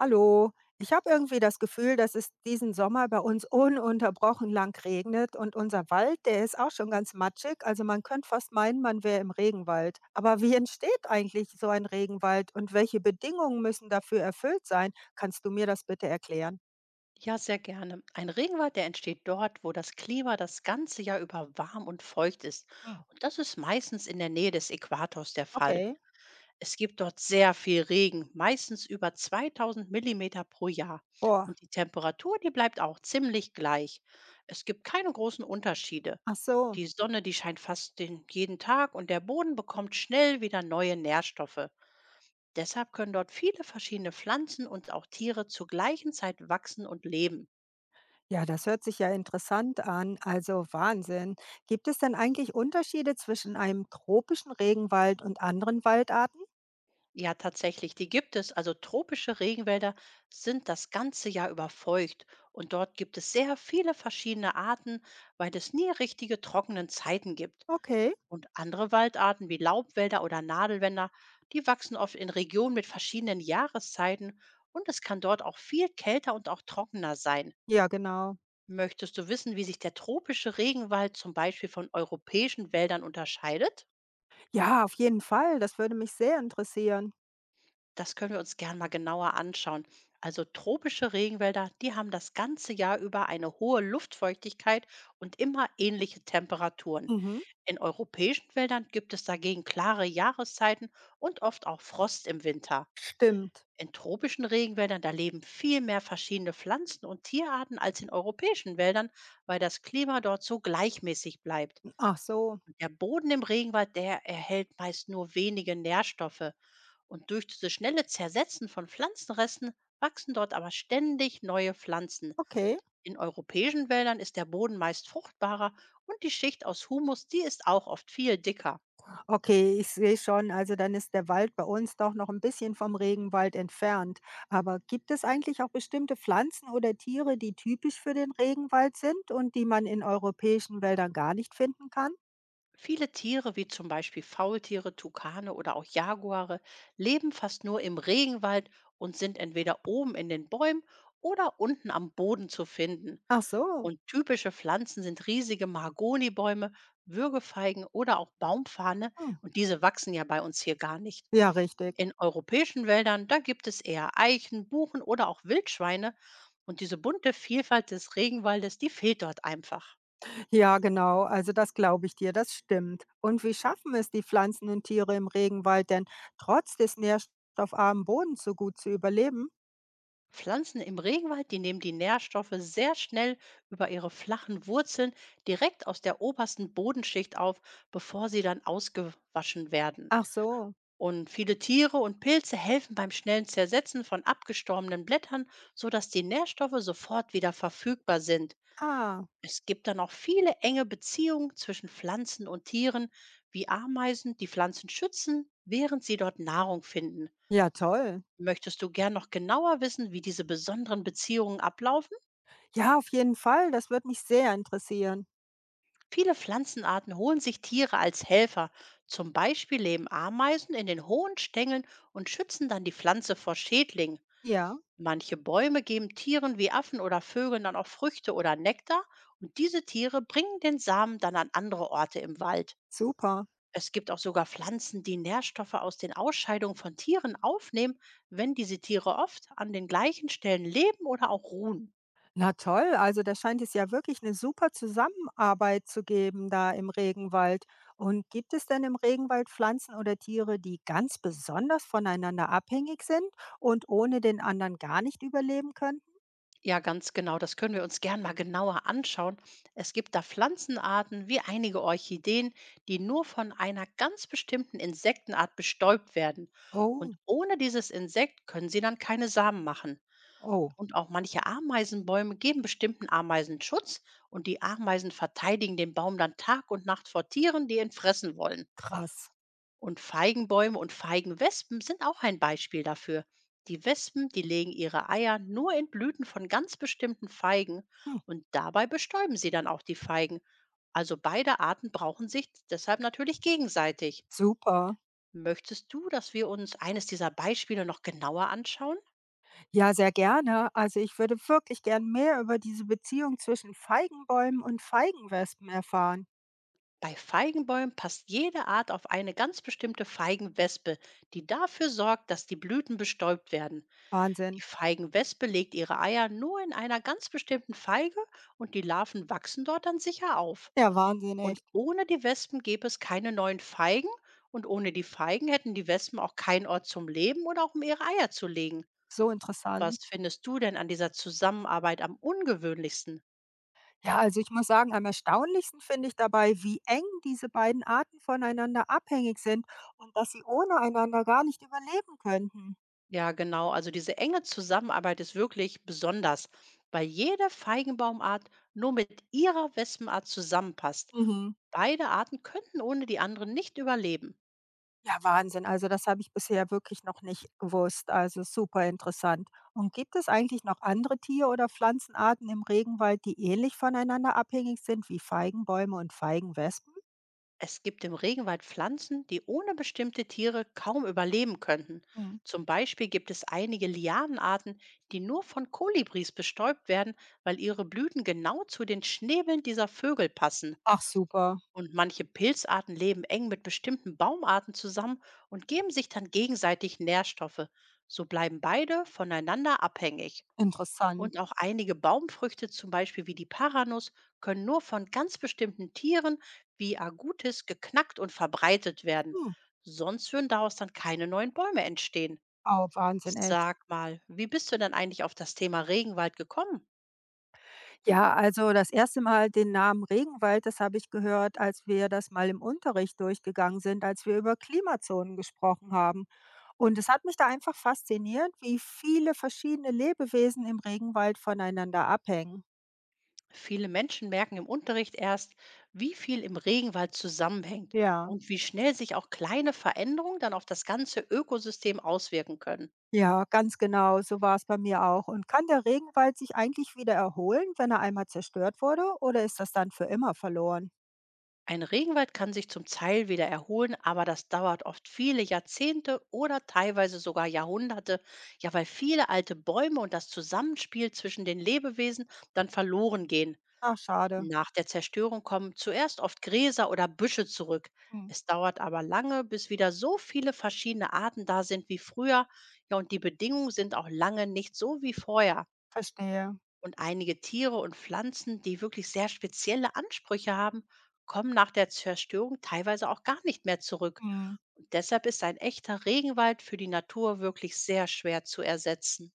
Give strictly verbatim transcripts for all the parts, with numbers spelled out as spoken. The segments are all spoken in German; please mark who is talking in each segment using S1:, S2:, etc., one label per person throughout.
S1: Hallo, ich habe irgendwie das Gefühl, dass es diesen Sommer bei uns ununterbrochen lang regnet und unser Wald, der ist auch schon ganz matschig. Also man könnte fast meinen, man wäre im Regenwald. Aber wie entsteht eigentlich so ein Regenwald und welche Bedingungen müssen dafür erfüllt sein? Kannst du mir das bitte erklären?
S2: Ja, sehr gerne. Ein Regenwald, der entsteht dort, wo das Klima das ganze Jahr über warm und feucht ist.
S1: Hm.
S2: Und das ist meistens in der Nähe des Äquators der Fall.
S1: Okay.
S2: Es gibt dort sehr viel Regen, meistens über zweitausend Millimeter pro Jahr.
S1: Boah,
S2: Und die Temperatur, die bleibt auch ziemlich gleich. Es gibt keine großen Unterschiede.
S1: ach so.
S2: Die Sonne, die scheint fast den, jeden Tag und der Boden bekommt schnell wieder neue Nährstoffe. Deshalb können dort viele verschiedene Pflanzen und auch Tiere zur gleichen Zeit wachsen und leben.
S1: Ja, das hört sich ja interessant an. Also Wahnsinn. Gibt es denn eigentlich Unterschiede zwischen einem tropischen Regenwald und anderen Waldarten?
S2: Ja, tatsächlich, die gibt es. Also tropische Regenwälder sind das ganze Jahr über feucht und dort gibt es sehr viele verschiedene Arten, weil es nie richtige trockenen Zeiten gibt.
S1: Okay.
S2: Und andere Waldarten wie Laubwälder oder Nadelwälder, die wachsen oft in Regionen mit verschiedenen Jahreszeiten und es kann dort auch viel kälter und auch trockener sein.
S1: Ja, genau.
S2: Möchtest du wissen, wie sich der tropische Regenwald zum Beispiel von europäischen Wäldern unterscheidet?
S1: Ja, auf jeden Fall, das würde mich sehr interessieren.
S2: Das können wir uns gern mal genauer anschauen. Also tropische Regenwälder, die haben das ganze Jahr über eine hohe Luftfeuchtigkeit und immer ähnliche Temperaturen.
S1: Mhm,
S2: In europäischen Wäldern gibt es dagegen klare Jahreszeiten und oft auch Frost im Winter.
S1: stimmt.
S2: In tropischen Regenwäldern, da leben viel mehr verschiedene Pflanzen und Tierarten als in europäischen Wäldern, weil das Klima dort so gleichmäßig bleibt.
S1: Ach so,
S2: Und der Boden im Regenwald, der erhält meist nur wenige Nährstoffe. Und durch dieses schnelle Zersetzen von Pflanzenresten wachsen dort aber ständig neue Pflanzen.
S1: okay.
S2: In europäischen Wäldern ist der Boden meist fruchtbarer und die Schicht aus Humus, die ist auch oft viel dicker.
S1: Okay, ich sehe schon, also dann ist der Wald bei uns doch noch ein bisschen vom Regenwald entfernt. Aber gibt es eigentlich auch bestimmte Pflanzen oder Tiere, die typisch für den Regenwald sind und die man in europäischen Wäldern gar nicht finden kann?
S2: Viele Tiere, wie zum Beispiel Faultiere, Tukane oder auch Jaguare, leben fast nur im Regenwald und sind entweder oben in den Bäumen oder unten am Boden zu finden.
S1: Ach so,
S2: Und typische Pflanzen sind riesige Mahagonibäume, Würgefeigen oder auch Baumfarne.
S1: hm,
S2: Und diese wachsen ja bei uns hier gar nicht.
S1: ja, richtig.
S2: In europäischen Wäldern, da gibt es eher Eichen, Buchen oder auch Wildschweine. Und diese bunte Vielfalt des Regenwaldes, die fehlt dort einfach.
S1: Ja, genau. Also das glaube ich dir, das stimmt. Und wie schaffen es die Pflanzen und Tiere im Regenwald denn, trotz des nährstoffarmen Bodens so gut zu überleben?
S2: Pflanzen im Regenwald, die nehmen die Nährstoffe sehr schnell über ihre flachen Wurzeln direkt aus der obersten Bodenschicht auf, bevor sie dann ausgewaschen werden.
S1: Ach so.
S2: Und viele Tiere und Pilze helfen beim schnellen Zersetzen von abgestorbenen Blättern, sodass die Nährstoffe sofort wieder verfügbar sind.
S1: Ah,
S2: Es gibt dann auch viele enge Beziehungen zwischen Pflanzen und Tieren, wie Ameisen, die Pflanzen schützen, während sie dort Nahrung finden.
S1: ja, toll.
S2: Möchtest du gern noch genauer wissen, wie diese besonderen Beziehungen ablaufen?
S1: Ja, auf jeden Fall. Das wird mich sehr interessieren.
S2: Viele Pflanzenarten holen sich Tiere als Helfer. Zum Beispiel leben Ameisen in den hohen Stängeln und schützen dann die Pflanze vor Schädlingen.
S1: Ja,
S2: Manche Bäume geben Tieren wie Affen oder Vögeln dann auch Früchte oder Nektar und diese Tiere bringen den Samen dann an andere Orte im Wald.
S1: super.
S2: Es gibt auch sogar Pflanzen, die Nährstoffe aus den Ausscheidungen von Tieren aufnehmen, wenn diese Tiere oft an den gleichen Stellen leben oder auch ruhen.
S1: Na toll, also da scheint es ja wirklich eine super Zusammenarbeit zu geben da im Regenwald. Und gibt es denn im Regenwald Pflanzen oder Tiere, die ganz besonders voneinander abhängig sind und ohne den anderen gar nicht überleben können?
S2: Ja, ganz genau, das können wir uns gern mal genauer anschauen. Es gibt da Pflanzenarten wie einige Orchideen, die nur von einer ganz bestimmten Insektenart bestäubt werden. Und
S1: Oh,
S2: ohne dieses Insekt können sie dann keine Samen machen.
S1: oh,
S2: Und auch manche Ameisenbäume geben bestimmten Ameisen Schutz und die Ameisen verteidigen den Baum dann Tag und Nacht vor Tieren, die ihn fressen wollen.
S1: krass.
S2: Und Feigenbäume und Feigenwespen sind auch ein Beispiel dafür. Die Wespen, die legen ihre Eier nur in Blüten von ganz bestimmten Feigen
S1: Hm,
S2: und dabei bestäuben sie dann auch die Feigen. Also beide Arten brauchen sich deshalb natürlich gegenseitig.
S1: super.
S2: Möchtest du, dass wir uns eines dieser Beispiele noch genauer anschauen?
S1: Ja, sehr gerne. Also, ich würde wirklich gern mehr über diese Beziehung zwischen Feigenbäumen und Feigenwespen erfahren.
S2: Bei Feigenbäumen passt jede Art auf eine ganz bestimmte Feigenwespe, die dafür sorgt, dass die Blüten bestäubt werden. Die
S1: Wahnsinn.
S2: Feigenwespe legt ihre Eier nur in einer ganz bestimmten Feige und die Larven wachsen dort dann sicher auf.
S1: Ja, Wahnsinn,
S2: Und
S1: echt.
S2: ohne die Wespen gäbe es keine neuen Feigen und ohne die Feigen hätten die Wespen auch keinen Ort zum Leben oder auch um ihre Eier zu legen.
S1: So
S2: Was
S1: interessant.
S2: findest du denn an dieser Zusammenarbeit am ungewöhnlichsten?
S1: Ja, also ich muss sagen, am erstaunlichsten finde ich dabei, wie eng diese beiden Arten voneinander abhängig sind und dass sie ohne einander gar nicht überleben könnten.
S2: Ja, genau. Also diese enge Zusammenarbeit ist wirklich besonders, weil jede Feigenbaumart nur mit ihrer Wespenart zusammenpasst.
S1: Mhm.
S2: Beide Arten könnten ohne die anderen nicht überleben.
S1: Ja, Wahnsinn. Also das habe ich bisher wirklich noch nicht gewusst. Also super interessant. Und gibt es eigentlich noch andere Tier- oder Pflanzenarten im Regenwald, die ähnlich voneinander abhängig sind wie Feigenbäume und Feigenwespen?
S2: Es gibt im Regenwald Pflanzen, die ohne bestimmte Tiere kaum überleben könnten.
S1: Hm.
S2: Zum Beispiel gibt es einige Lianenarten, die nur von Kolibris bestäubt werden, weil ihre Blüten genau zu den Schnäbeln dieser Vögel passen.
S1: Ach super,
S2: Und manche Pilzarten leben eng mit bestimmten Baumarten zusammen und geben sich dann gegenseitig Nährstoffe. So bleiben beide voneinander abhängig.
S1: interessant.
S2: Und auch einige Baumfrüchte, zum Beispiel wie die Paranuss, können nur von ganz bestimmten Tieren wie Agutis geknackt und verbreitet werden.
S1: Hm.
S2: Sonst würden daraus dann keine neuen Bäume entstehen.
S1: Oh, Wahnsinn, echt.
S2: Sag mal, wie bist du denn eigentlich auf das Thema Regenwald gekommen?
S1: Ja, also das erste Mal den Namen Regenwald, das habe ich gehört, als wir das mal im Unterricht durchgegangen sind, als wir über Klimazonen gesprochen haben. Und es hat mich da einfach fasziniert, wie viele verschiedene Lebewesen im Regenwald voneinander abhängen.
S2: Viele Menschen merken im Unterricht erst, wie viel im Regenwald zusammenhängt
S1: Ja.
S2: und wie schnell sich auch kleine Veränderungen dann auf das ganze Ökosystem auswirken können.
S1: Ja, ganz genau, so war es bei mir auch. Und kann der Regenwald sich eigentlich wieder erholen, wenn er einmal zerstört wurde, oder ist das dann für immer verloren?
S2: Ein Regenwald kann sich zum Teil wieder erholen, aber das dauert oft viele Jahrzehnte oder teilweise sogar Jahrhunderte, ja weil viele alte Bäume und das Zusammenspiel zwischen den Lebewesen dann verloren gehen.
S1: Ach, schade.
S2: Nach der Zerstörung kommen zuerst oft Gräser oder Büsche zurück.
S1: Hm,
S2: Es dauert aber lange, bis wieder so viele verschiedene Arten da sind wie früher. Ja, und die Bedingungen sind auch lange nicht so wie vorher.
S1: verstehe.
S2: Und einige Tiere und Pflanzen, die wirklich sehr spezielle Ansprüche haben, kommen nach der Zerstörung teilweise auch gar nicht mehr zurück.
S1: Hm.
S2: Und deshalb ist ein echter Regenwald für die Natur wirklich sehr schwer zu ersetzen.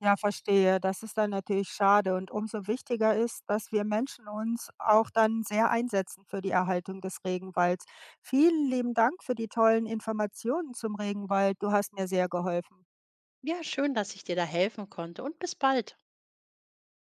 S1: Ja, verstehe. Das ist dann natürlich schade und umso wichtiger ist, dass wir Menschen uns auch dann sehr einsetzen für die Erhaltung des Regenwalds. Vielen lieben Dank für die tollen Informationen zum Regenwald. Du hast mir sehr geholfen.
S2: Ja, schön, dass ich dir da helfen konnte und bis bald.